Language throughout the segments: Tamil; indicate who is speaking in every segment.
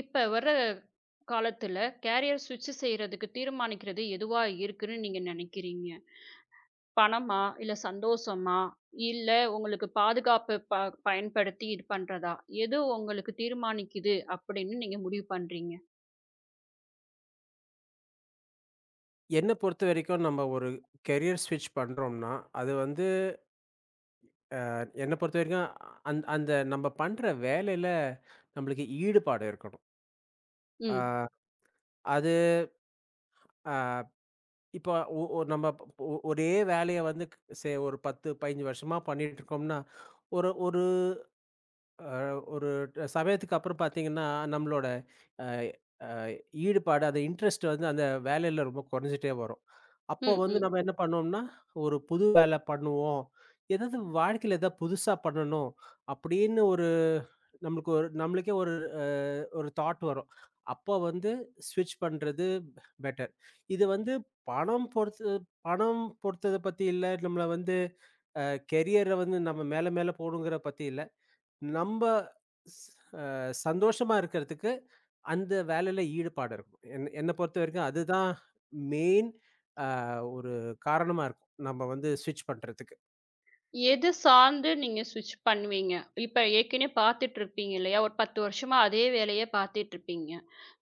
Speaker 1: இப்ப வர காலத்துல கேரியர் ஸ்விட்ச் செய்யறதுக்கு தீர்மானிக்கிறது எதுவா இருக்குன்னு நீங்க நினைக்கிறீங்க? பணமா? இல்ல சந்தோஷமா? இல்ல உங்களுக்கு பாதுகாப்பு பயன்படுத்தி இது பண்றதா? எது உங்களுக்கு தீர்மானிக்குது அப்படின்னு நீங்க முடிவு பண்றீங்க?
Speaker 2: என்ன பொறுத்தவரைக்கும் நம்ம ஒரு கெரியர் ஸ்விட்ச் பண்றோம்ன்னா, அது வந்து என்ன பொறுத்தவரைக்கும் அந்த அந்த நம்ம பண்ற வேலையில நம்மளுக்கு ஈடுபாடு இருக்கணும்.
Speaker 1: ம்.
Speaker 2: அது அ இப்போ ஒ ஒ நம்ம ப- ஒ ஒரே வேலைய வந்து ஒரு 10, 15 வருஷமா பண்ணிட்டு இருக்கோம்னா, ஒரு ஒரு அ ஒரு சமயத்துக்கு அப்புறம் பார்த்தீங்கன்னா, நம்மளோட அ ஈடுபாடு, அந்த இன்ட்ரெஸ்ட் வந்து அந்த வேலையில ரொம்ப குறைஞ்சிட்டே வரும். அப்போ
Speaker 1: ம்.
Speaker 2: வந்து
Speaker 1: ம்.
Speaker 2: நம்ம என்ன பண்ணோம்னா, ஒரு புது வேலை பண்ணுவோம். ஏதாவது வாழ்க்கையில ஏதாவது புதுசா பண்ணணும் அப்படின்னு ஒரு நம்மளுக்கு ஒரு நம்மளுக்கே அ ஒரு தாட் வரும். அப்போ வந்து ஸ்விட்ச் பண்றது பெட்டர். இது வந்து பணம் பொறுத்து பணம் பொறுத்தத பத்தி இல்ல. நம்மள வந்து அ கெரியர வந்து நம்ம மேல மேல போணுங்கிறத பத்தி இல்ல. நம்ப ஸ் அ சந்தோஷமா இருக்கிறதுக்கு, அந்த வேலையில ஈடுபாடு இருக்கணும். என்ன பொறுத்தவரைக்கும் அதுதான் மெயின் அ ஒரு காரணமா இருக்கும். நம்ம வந்து ஸ்விட்ச் பண்றதுக்கு.
Speaker 1: எது சார்ந்து நீங்க ஸ்விட்ச் பண்ணுவீங்க? இப்ப ஏற்கனவே பார்த்துட்டுருப்பீங்க இல்லையா? ஒரு 10 வருஷமா அதே வேலைய பார்த்துட்டுருப்பீங்க.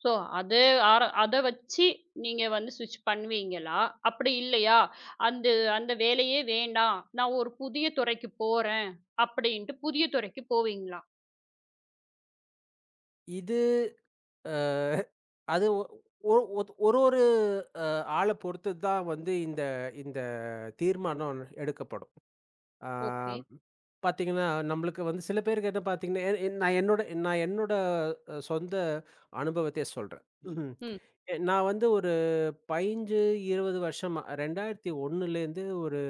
Speaker 1: ஸோ அது ஆர அத வச்சு நீங்க வந்து ஸ்விட்ச் பண்ணுவீங்களா? அப்படி இல்லையா, அந்த அந்த வேலையே வேண்டாம். நான் ஒரு புதிய துறைக்கு போறேன் அப்படின்ட்டு புதிய துறைக்கு போவீங்களா?
Speaker 2: இது அ அது ஒ ஒரு ஒத் ஒரு ஒரு அ ஆள பொறுத்து தான் வந்து இந்த இந்த தீர்மானம் எடுக்கப்படும். ஆ,
Speaker 1: ஓகே.
Speaker 2: பார்த்தீங்கன்னா, நம்மளுக்கு வந்து சில பேருக்கு என்ன பார்த்தீங்கன்னா, எ என் நான் என்னோட நான் என்னோட அ சொந்த அனுபவத்தையே சொல்றேன். ம்.
Speaker 1: ம்,
Speaker 2: நான் வந்து ஒரு 15, 20 வருஷமா 2001லேருந்து ஒரு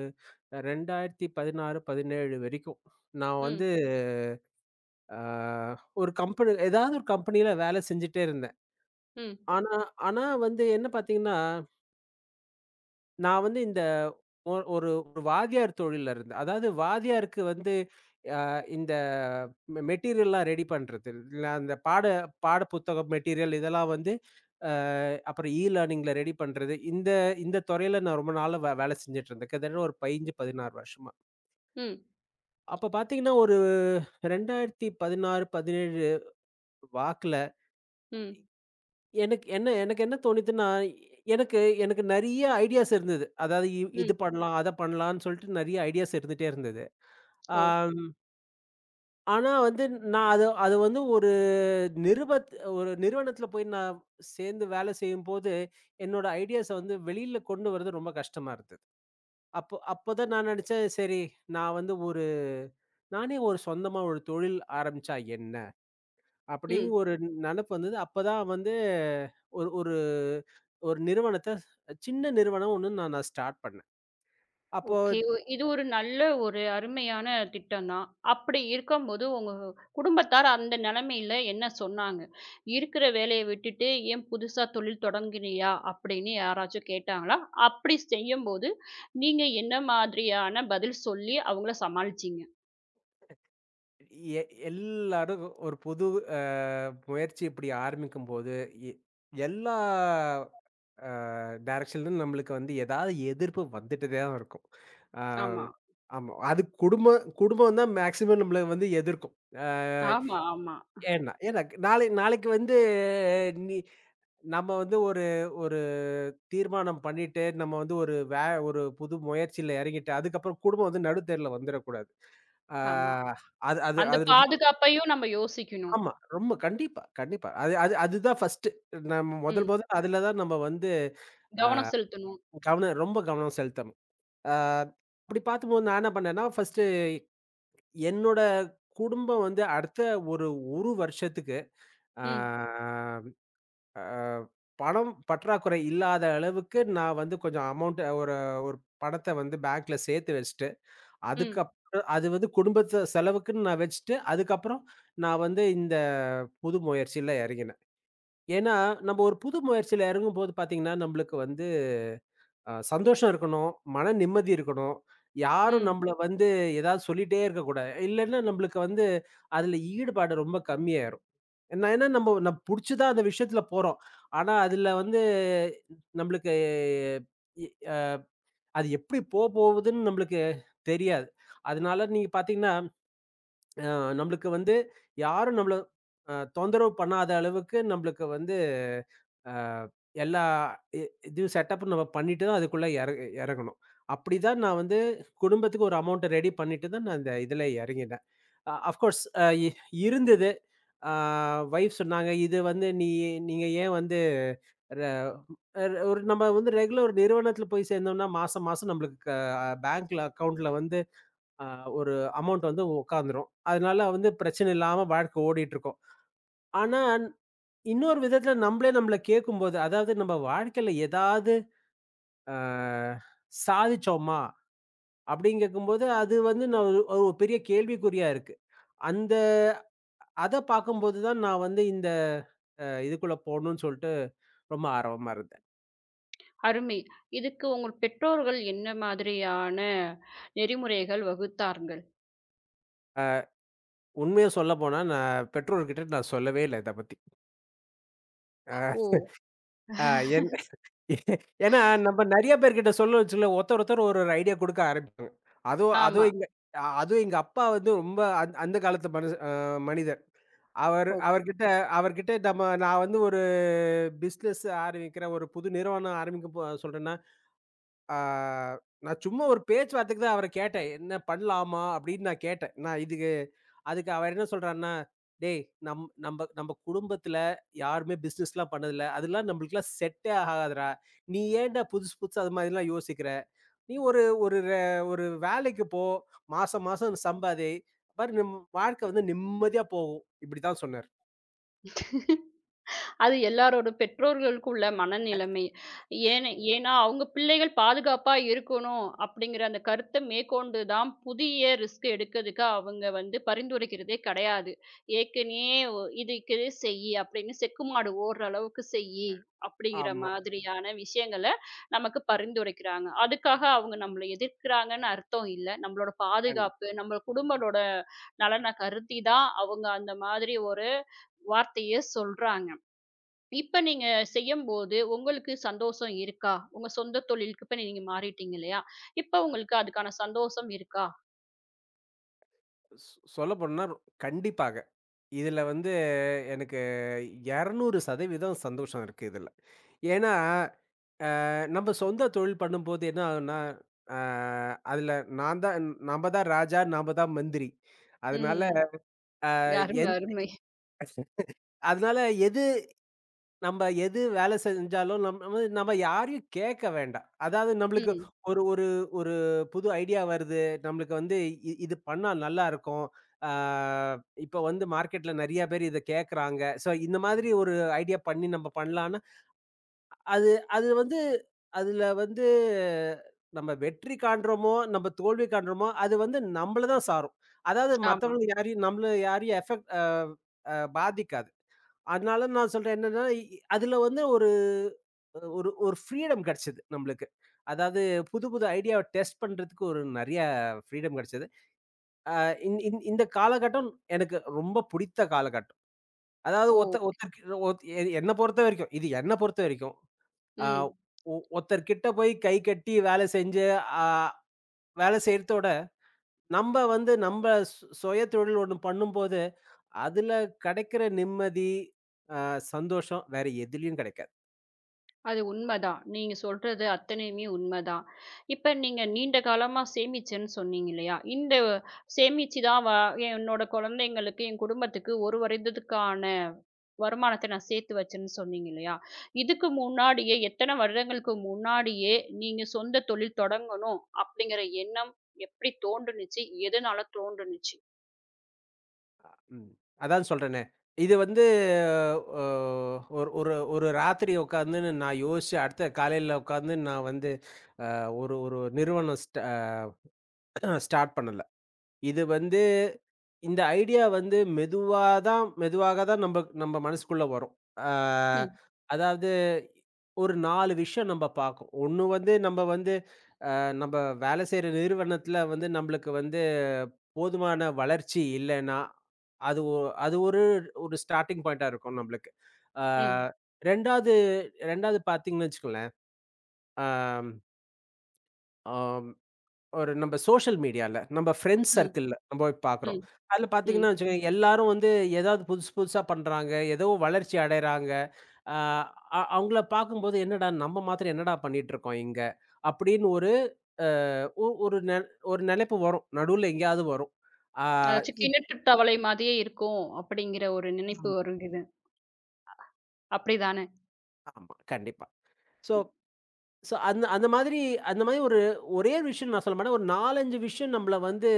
Speaker 2: 2016, 17 வரைக்கும் நான் வந்து
Speaker 1: ம்,
Speaker 2: ஆ ஒரு கம்பெனி ஏதாவது ஒரு கம்பெனியில வேலை செஞ்சுட்டே இருந்தேன்.
Speaker 1: ம்,
Speaker 2: ஆனா ஆனா வந்து என்ன பார்த்தீங்கன்னா, நான் வந்து இந்த ஒ ஒரு ஒரு வாத்தியார் தொழில்ல இருந்தேன். அதாவது வாத்தியாருக்கு வந்து இந்த மெட்டீரியல்லாம் ரெடி பண்றது. இல்ல அந்த பாட பாட புத்தகம் மெட்டீரியல் இதெல்லாம் வந்து அ அப்புறம் லேர்னிங்ல ரெடி பண்றது. இந்த இந்த துறையில நான் ரொம்ப நாளா வேலை செஞ்சுட்டு இருந்தேன். கிட்டத்தட்ட ஒரு 15, 16 வருஷமா.
Speaker 1: ம்,
Speaker 2: அப்ப பார்த்தீங்கன்னா, ஒரு 2016, 17 வாக்குல
Speaker 1: ம்,
Speaker 2: எனக்கு என்ன தோணிதுன்னா, எனக்கு எனக்கு நெறைய ஐடியாஸ் இருந்தது. அதாவது இது
Speaker 1: ம்.
Speaker 2: பண்ணலாம், அத பண்ணலான்னு சொல்லிட்டு நெறைய ஐடியாஸ் இருந்துட்டே இருந்தது. ஆ
Speaker 1: ஓ!
Speaker 2: ஆனா வந்து நான் அது வந்து நிறுவத் ஒரு நிறுவனத்துல போய் நான் சேர்ந்து வேலை செய்யும்போது, என்னோட ஐடியாஸ வந்து வெளியில கொண்டு வரது ரொம்ப கஷ்டமா இருந்தது. அப்பதான் நான் நெனச்சேன், சரி நான் வந்து ஒரு நானே ஒரு சொந்தமா ஒரு தொழில் ஆரம்பிச்சா என்ன? அப்டின்னு
Speaker 1: ம்.
Speaker 2: ஒரு நெனப்பு வந்தது. அப்பதான் வந்து ஒரு ஒரு ஒரு நிறுவனத்த சின்ன நிறுவனம் ஒண்ணு நான் நான் ஸ்டார்ட் பண்ணேன். அப்போ
Speaker 1: ஓகே. இது ஒரு நல்ல ஒரு அருமையான திட்டம் தான். அப்படி இருக்கும்போது உங்க குடும்பத்தார் அந்த நிலைமையில என்ன சொன்னாங்க? "இருக்கிற வேலைய விட்டுட்டு ஏன் புதுசா தொழில் தொடங்குறியா?" அப்படின்னு யாராச்சும் கேட்டாங்களா? அப்படி செய்யும்போது நீங்க என்ன மாதிரியான பதில் சொல்லி அவங்கள சமாளிச்சீங்க?
Speaker 2: எ எல்லாரும் ஒரு புது அ முயற்சி இப்டி ஆரம்பிக்கும்போது, எ எல்லா அ டைரக்ஷன்லருந்து நம்மளுக்கு வந்து ஏதாவது எதிர்ப்பு வந்துட்டே தான் இருக்கும். அ
Speaker 1: ஆமா.
Speaker 2: ஆமா. அது குடும்பம் குடும்பம் தான் மேக்ஸிமம் நம்மள வந்து எதிர்க்கும். அ
Speaker 1: ஆமா, ஆமா,
Speaker 2: ஏன்னா ஏன்னா நாளைக்கு வந்து நீ நம்ம வந்து ஒரு ஒரு தீர்மானம் பண்ணிட்டு, நம்ம வந்து ஒரு புது முயற்சியில இறங்கிட்டு, அதுக்கப்புறம் குடும்பம் வந்து நடுத்தெருவுல வந்துறக்கூடாது. அ
Speaker 1: ஆமா.
Speaker 2: அது அது
Speaker 1: அந்த
Speaker 2: அது ரொம்ப
Speaker 1: பாதுகாப்பையும் நம்ம யோசிக்கணும்.
Speaker 2: ஆமா. ரொம்ப கண்டிப்பா, கண்டிப்பா. அது அது அதுதான் ஃபர்ஸ்ட்டு. நம்ம முதல்
Speaker 1: ம்.
Speaker 2: முதல்ல அதுல தான் நம்ம வந்து
Speaker 1: கவனம் செலுத்தணும்.
Speaker 2: ரொம்ப கவனம் செலுத்தணும். ஆ அப்படி பார்க்கும்போது நான் என்ன பண்ணேன்னா, ஃபர்ஸ்ட்டு என்னோட குடும்பம் வந்து அடுத்த ஒரு 1 வருஷத்துக்கு ஆ
Speaker 1: ம்,
Speaker 2: அ பணம் பற்றாக்குறை இல்லாத அளவுக்கு நான் வந்து கொஞ்சம் அமௌண்ட் ஒரு ஒரு பணத்த வந்து பேங்க்ல சேர்த்து வச்சுட்டு,
Speaker 1: ம்,
Speaker 2: அதுக்கப்புறம் அது வந்து குடும்பத்து செலவுக்குன்னு நான் வச்சுட்டு, அதுக்கப்புறம் நான் வந்து இந்த புது முயற்சியில இறங்கினேன். ஏன்னா, நம்ம ஒரு புது முயற்சியில இறங்கும்போது பார்த்தீங்கன்னா, நம்மளுக்கு வந்து சந்தோஷம் இருக்கணும். மன நிம்மதி இருக்கணும். யாரும்
Speaker 1: ம்.
Speaker 2: நம்மள வந்து ஏதாவது சொல்லிட்டே இருக்கக்கூடாது. இல்லன்னா நம்மளுக்கு வந்து அதுல ஈடுபாடு ரொம்ப கம்மியாயிரும். ஏன்னா நம்ம நம்ம புடிச்சு தான் அந்த விஷயத்துல போறோம். ஆனா அதுல வந்து நம்மளுக்கு இ அ அது எப்படி போபோகுதுன்னு நம்மளுக்கு தெரியாது. அதனால நீங்க பார்த்தீங்கன்னா அ நம்மளுக்கு வந்து யாரும் நம்மள தொந்தரவு பண்ணாத அளவுக்கு நம்மளுக்கு வந்து அ எல்லா இ இதுவும் செட்டப்பும் நம்ம பண்ணிட்டு தான் அதுக்குள்ள எறங்கணும். அப்படிதான் நான் வந்து குடும்பத்துக்கு ஒரு அமௌண்ட் ரெடி பண்ணிட்டு தான் நான் இதுல எறங்கினேன். அஃப்கோர்ஸ் அ இ இருந்தது. அ வைஃப் சொன்னாங்க, "இது வந்து நீங்க ஏன் வந்து ர ர- ஒரு நம்ம வந்து ரெகுலர் நிறுவனத்துல போய் சேர்ந்தோம்னா மாசம் மாசம் நம்மளுக்கு பேங்க்ல அக்கவுண்ட்ல வந்து அ ஒரு அமௌண்ட் வந்து உட்காந்துரும். அதனால வந்து பிரச்சனை இல்லாம வாழ்க்கை ஓடிட்டுருக்கும். ஆனா, இன்னொரு விதத்துல நம்மளே நம்மள கேட்கும்போது, அதாவது நம்ம வாழ்க்கையில ஏதாவது அ சாதிச்சோமா? அப்படின்னு கேட்கும்போது, அது வந்து நான் ஒரு ஒரு பெரிய கேள்விக்குறியா இருக்கு. அந்த அத பார்க்கும்போது தான் நான் வந்து இந்த அ இதுக்குள்ள போணும்னு சொல்ட்டு ரொம்ப ஆர்வமா இருந்தேன்.
Speaker 1: அருமை. இதுக்கு உங்கள் பெற்றோர்கள் என்ன மாதிரியான நெறிமுறைகள் வகுத்தார்கள்?
Speaker 2: உண்மைய சொல்லப்போனா நான் பெற்றோர்கிட்ட நான் சொல்லவே இல்ல இத பத்தி.
Speaker 1: ஓ!
Speaker 2: அ என் ஏன்னா, நம்ம நெறைய பேர்கிட்ட சொல்ல வச்சுல ஒருத்தர் ஒரு ஐடியா குடுக்க ஆரம்பிப்பாங்க. அதுவும்
Speaker 1: ஆமா.
Speaker 2: அதுவும் எங்க அ அதுவும் எங்க அப்பா வந்து ரொம்ப அந்த காலத்து மனுஷ அ மனிதர். அவர்
Speaker 1: ஓ.
Speaker 2: அவர்கிட்ட அவர்கிட்ட நான் வந்து ஒரு பிசினஸ் ஆரம்பிக்கிறேன், ஒரு புது நிறுவனம் ஆரம்பிக்க போ சொல்றேன்னா, ஆ நான் சும்மா ஒரு பேச்சுவார்த்தைக்கு தான் அவர கேட்டேன். "என்ன பண்ணலாமா?" அப்படின்னு நான் கேட்டேன். நான் இதுக்கு அதுக்கு அவர் என்ன சொல்றாருன்னா, "டேய், நம்ப குடும்பத்துல யாருமே பிசினஸ்லாம் பண்ணதில்ல. அதெல்லாம் நம்மளுக்குலாம் செட்டே ஆகாதுடா. நீ ஏன்டா புதுசு புதுசா அது மாதிரிலாம் யோசிக்கிற? நீ ஒரு ஒரு ர ஒரு வேலைக்கு போ. மாசம் மாசம் சம்பாதி. பாரு நம் வாழ்க்கை வந்து நிம்மதியா போகும்." இப்படித்தான் சொன்னாரு.
Speaker 1: அது எல்லாரோட பெற்றோர்களுக்கும் உள்ள மனநிலைமை. ஏன்னா, அவங்க பிள்ளைகள் பாதுகாப்பா இருக்கணும் அப்படிங்கிற அந்த கருத்த மேற்கொண்டு தான் புதிய ரிஸ்க் எடுக்கிறதுக்கு அவங்க வந்து பரிந்துரைக்கிறதே கிடையாது. ஏற்கனயே இதுக்கு செய்யி அப்படின்னு செக்குமாடு ஓடுற அளவுக்கு செய்யி அப்படிங்கிற
Speaker 2: ஆமா.
Speaker 1: மாதிரியான விஷயங்கள நமக்கு பரிந்துரைக்கிறாங்க. அதுக்காக அவங்க நம்மள எதிர்க்கிறாங்கன்னு அர்த்தம் இல்ல. நம்மளோட
Speaker 2: கண்
Speaker 1: பாதுகாப்பு, நம்ம குடும்பத்தோட நலன கருதி தான் அவங்க அந்த மாதிரி ஒரு வார்த்தைய சொல்றாங்க. இப்ப நீங்க செய்யும்போது, உங்களுக்கு சந்தோஷம் இருக்கா? உங்க சொந்த தொழிலுக்கு இப்ப நீங்க மாறிட்டீங்க இல்லையா? இப்ப உங்களுக்கு அதுக்கான சந்தோஷம் இருக்கா?
Speaker 2: சொ சொல்லப்போனா கண்டிப்பாக. இதுல வந்து எனக்கு 200% சந்தோஷம் இருக்கு இதுல. ஏன்னா, நம்ம சொந்த தொழில் பண்ணும்போது என்ன ஆகும்னா, அ அதுல நான் தான் நம்ப தான் ராஜா, நாம தான் மந்திரி. அதனால
Speaker 1: ம். அருமை,
Speaker 2: எந்
Speaker 1: அருமை.
Speaker 2: அதனால எது நம்ப எது வேலை செஞ்சாலும் நம்ம யாரையும் கேட்க வேண்டாம். அதாவது நம்மளுக்கு
Speaker 1: ம்.
Speaker 2: ஒரு ஒரு ஒரு புது ஐடியா வருது. நம்மளுக்கு வந்து இது பண்ணா நல்லாருக்கும். ஆ இப்ப வந்து மார்க்கெட்ல நெறைய பேர் இத கேட்கறாங்க. ஸோ இந்த மாதிரி ஒரு ஐடியா பண்ணி நம்ம பண்ணலான்னா, அது அது வந்து அதுல வந்து நம்ம வெற்றி காண்றோமோ, நம்ம தோல்வி காண்றோமோ, அது வந்து நம்மள தான் சாரும். அதாவது
Speaker 1: ஆமா.
Speaker 2: மத்தவங்க யாரையும் நம்மள யாரையும் எஃபெக்ட் அ அ பாதிக்காது. அதனால நான் சொல்றேன் என்னன்னா, அதுல வந்து ஒரு ஒரு ஒரு ஃப்ரீடம் கிடைச்சது நம்மளுக்கு. அதாவது புது புது ஐடியாவ டெஸ்ட் பண்றதுக்கு ஒரு நெறைய ஃப்ரீடம் கிடைச்சது. அ இந் இந் இந்த காலகட்டம் எனக்கு ரொம்ப பிடித்த காலகட்டம். அதாவது
Speaker 1: ஓ!
Speaker 2: ஒருத்த ஒருத்தருக்கு ஒத் எ என்ன பொறுத்த வரைக்கும், இது என்ன பொறுத்த வரைக்கும். அ
Speaker 1: ம்.
Speaker 2: ஒ ஒருத்தர் கிட்ட போய் கை கட்டி வேலை செஞ்சு, அ வேலை செய்றதோட, நம்ப சுய தொழில் ஒண்ணு பண்ணும்போது, அதுல கிடைக்கிற நிம்மதி, அ சந்தோஷம் வேற எதுலயும் கிடைக்காது.
Speaker 1: அது உண்மதான். நீங்க சொல்றது அத்தனையுமே உண்மதான். இப்ப நீங்க நீண்ட காலமா சேமிச்சேன்னு சொன்னீங்க இல்லையா? இந்த சேமிச்சு தான் வ என்னோட குழந்தைங்களுக்கு, என் குடும்பத்துக்கு ஒரு வருடத்துக்கான வருமானத்த நான் சேர்த்து வச்சேன்னு சொன்னீங்க இல்லையா? இதுக்கு முன்னாடியே எத்தன வருடங்களுக்கு முன்னாடியே நீங்க சொந்த தொழில் தொடங்கணும் அப்படிங்கிற எண்ணம் எப்படி தோன்றுனுச்சு? எதனால தோன்றுனுச்சு?
Speaker 2: ம். அதான் சொல்றேனே. இது வந்து அ ஒரு ஒரு ஒரு ராத்திரி உட்காந்து நான் யோசிச்சு, அடுத்த காலையில உட்காந்து நான் வந்து அ ஒரு ஒரு நிறுவனம் ஸ்டார்ட் பண்ணல. இது வந்து இந்த ஐடியா வந்து மெதுவாக தான் நம்ப நம்ப மனசுக்குள்ள வரும். அ
Speaker 1: ம்,
Speaker 2: அதாவது ஒரு 4 விஷயம் நம்ப பார்க்கும். ஒண்ணு வந்து நம்ப வந்து நம்ம வேலை செய்யற நிறுவனத்துல வந்து நம்மளுக்கு வந்து போதுமான வளர்ச்சி இல்லைன்னா அது ஒரு ஒரு ஸ்டார்டிங் பாயிண்டா இருக்கும் நம்மளுக்கு.
Speaker 1: ம்,
Speaker 2: ஆஹ் ரெண்டாவது ரெண்டாவது பாத்தீங்கன்னு வச்சுக்கோங்களேன், ஒரு நம்ம சோஷியல் மீடியால, நம்ம ஃப்ரெண்ட்ஸ்
Speaker 1: ம்,
Speaker 2: சர்க்கிள்ல நம்ம போய் பார்க்குறோம்.
Speaker 1: ம்,
Speaker 2: அதுல
Speaker 1: ம்.
Speaker 2: பார்த்தீங்கன்னா வச்சுக்கோங்க, எல்லாரும் வந்து ஏதாவது புதுசு புதுசா பண்றாங்க. ஏதோ வளர்ச்சி அடையறாங்க. அ அ அவங்கள பார்க்கும்போது, என்னடா நம்ம மாத்திரம் என்னடா பண்ணிட்டு இருக்கோம் இங்க? அப்படின்னு ஒரு அ ஒ ஒரு நெ ஒரு நெனைப்பு வரும். நடுவுல எங்கேயாவது வரும். ஆ
Speaker 1: அதாச்சும்
Speaker 2: இத்
Speaker 1: கிணற்று தவளை மாதிரியே இருக்கும் அப்படிங்கிற ஒரு நினைப்பு
Speaker 2: ஆமா,
Speaker 1: வருகிறது. அப்படிதானே?
Speaker 2: ஆமா. கண்டிப்பா. ஸோ ஸோ அந்த அந்த மாதிரி அந்த மாதிரி ஒரே ஒரு விஷயம் நான் சொல்ல மாட்டேன். ஒரு 4, 5 விஷயம் நம்மள வந்து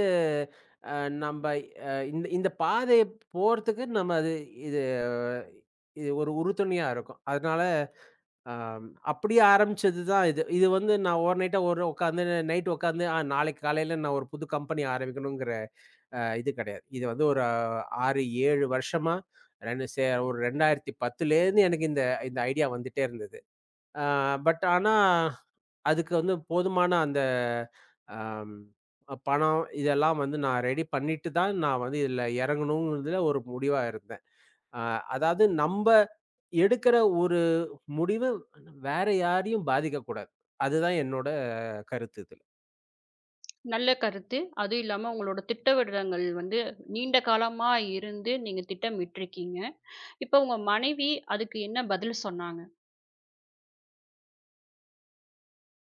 Speaker 2: அ நம்ப அ இந்த இந்த பாதைய போறதுக்கு நம்ம அது இது இது ஒரு உறுதுணையா இருக்கும். அதனால அப்படியே ஆரம்பிச்சது தான் இது. இது வந்து நான் ஓவர் நைட்டா ஒரு உட்காந்து நைட் உட்காந்து, நாளைக்கு காலையில நான் ஒரு புது கம்பெனி ஆரம்பிக்கணுங்கிற இது கிடையாது. இது வந்து ஒரு 6, 7 வருஷமா 2 சே ஒரு 2010லேருந்து எனக்கு இந்த இந்த ஐடியா வந்துட்டே இருந்தது. அ பட் ஆனா அதுக்கு வந்து போதுமான அந்த அம் அ பணம் இதெல்லாம் வந்து நான் ரெடி பண்ணிட்டு தான் நான் வந்து இதுல இறங்கணுங்கிறதுல ஒரு முடிவா இருந்தேன். அ அதாவது நம்ப எடுக்கிற ஒரு முடிவு வேற யாரையும் பாதிக்கக்கூடாது. அதுதான் என்னோட கருத்து இதுல.
Speaker 1: நல்ல கருத்து. அதுவும் இல்லாம உங்களோட திட்டவிடங்கள் வந்து நீண்ட காலமா இருந்து நீங்க திட்டமிட்டுருக்கீங்க. இப்ப உங்க மனைவி அதுக்கு என்ன பதில் சொன்னாங்க?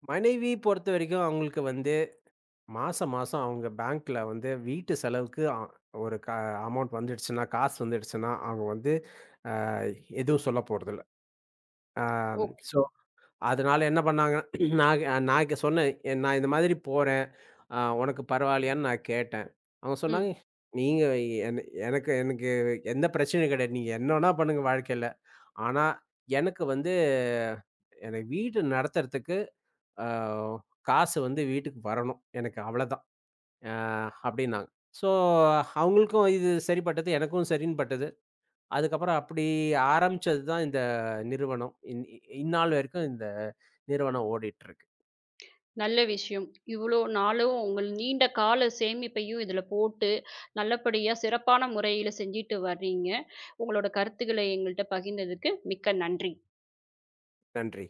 Speaker 2: மனைவி பொறுத்தவரைக்கும் அவங்களுக்கு வந்து மாசம், மாசம் அவங்க பேங்க்ல வந்து வீட்டு செலவுக்கு அ ஒரு க அமௌண்ட் வந்துடுச்சுன்னா, காசு வந்துடுச்சுன்னா, அவங்க வந்து அஹ், எதுவும் சொல்லப் போறதில்ல. அ
Speaker 1: ஓகே.
Speaker 2: சோ அதனால என்ன பண்ணாங்கன்னா, நான் நான் க சொன்னேன். நான் இந்த மாதிரி போறேன். உனக்கு பரவாயில்லையான்னு நான் கேட்டேன். அவங்க
Speaker 1: ம்.
Speaker 2: சொன்னாங்க, "நீங்க, என் எனக்கு எனக்கு எந்த பிரச்சனையும் கிடையாது. நீங்க என்ன வேணா பண்ணுங்க வாழ்க்கையில. ஆனா எனக்கு வந்து எனக்கு வீடு நடத்துறதுக்கு அ காசு வந்து வீட்டுக்கு வரணும். எனக்கு அவ்வளதான்." அ அப்படின்னாங்க. ஸோ அவங்களுக்கும் இது சரிப்பட்டது. எனக்கும் சரின்னு பட்டது. அதுக்கப்புறம் அப்படி ஆரம்பிச்சது தான் இந்த நிறுவனம். இந்நாள் வரைக்கும் இந்த நிறுவனம் ஓடிட்டு இருக்கு.
Speaker 1: நல்ல விஷயம். இவ்ளோ நாளும் உங்கள் நீண்ட கால சேமிப்பையும் இதில போட்டு, நல்லபடியா சிறப்பான முறையில செஞ்சுட்டு வர்றீங்க. உங்களோட கருத்துக்கள எங்கள்ட்ட பகிர்ந்ததுக்கு மிக்க நன்றி.
Speaker 2: நன்றி.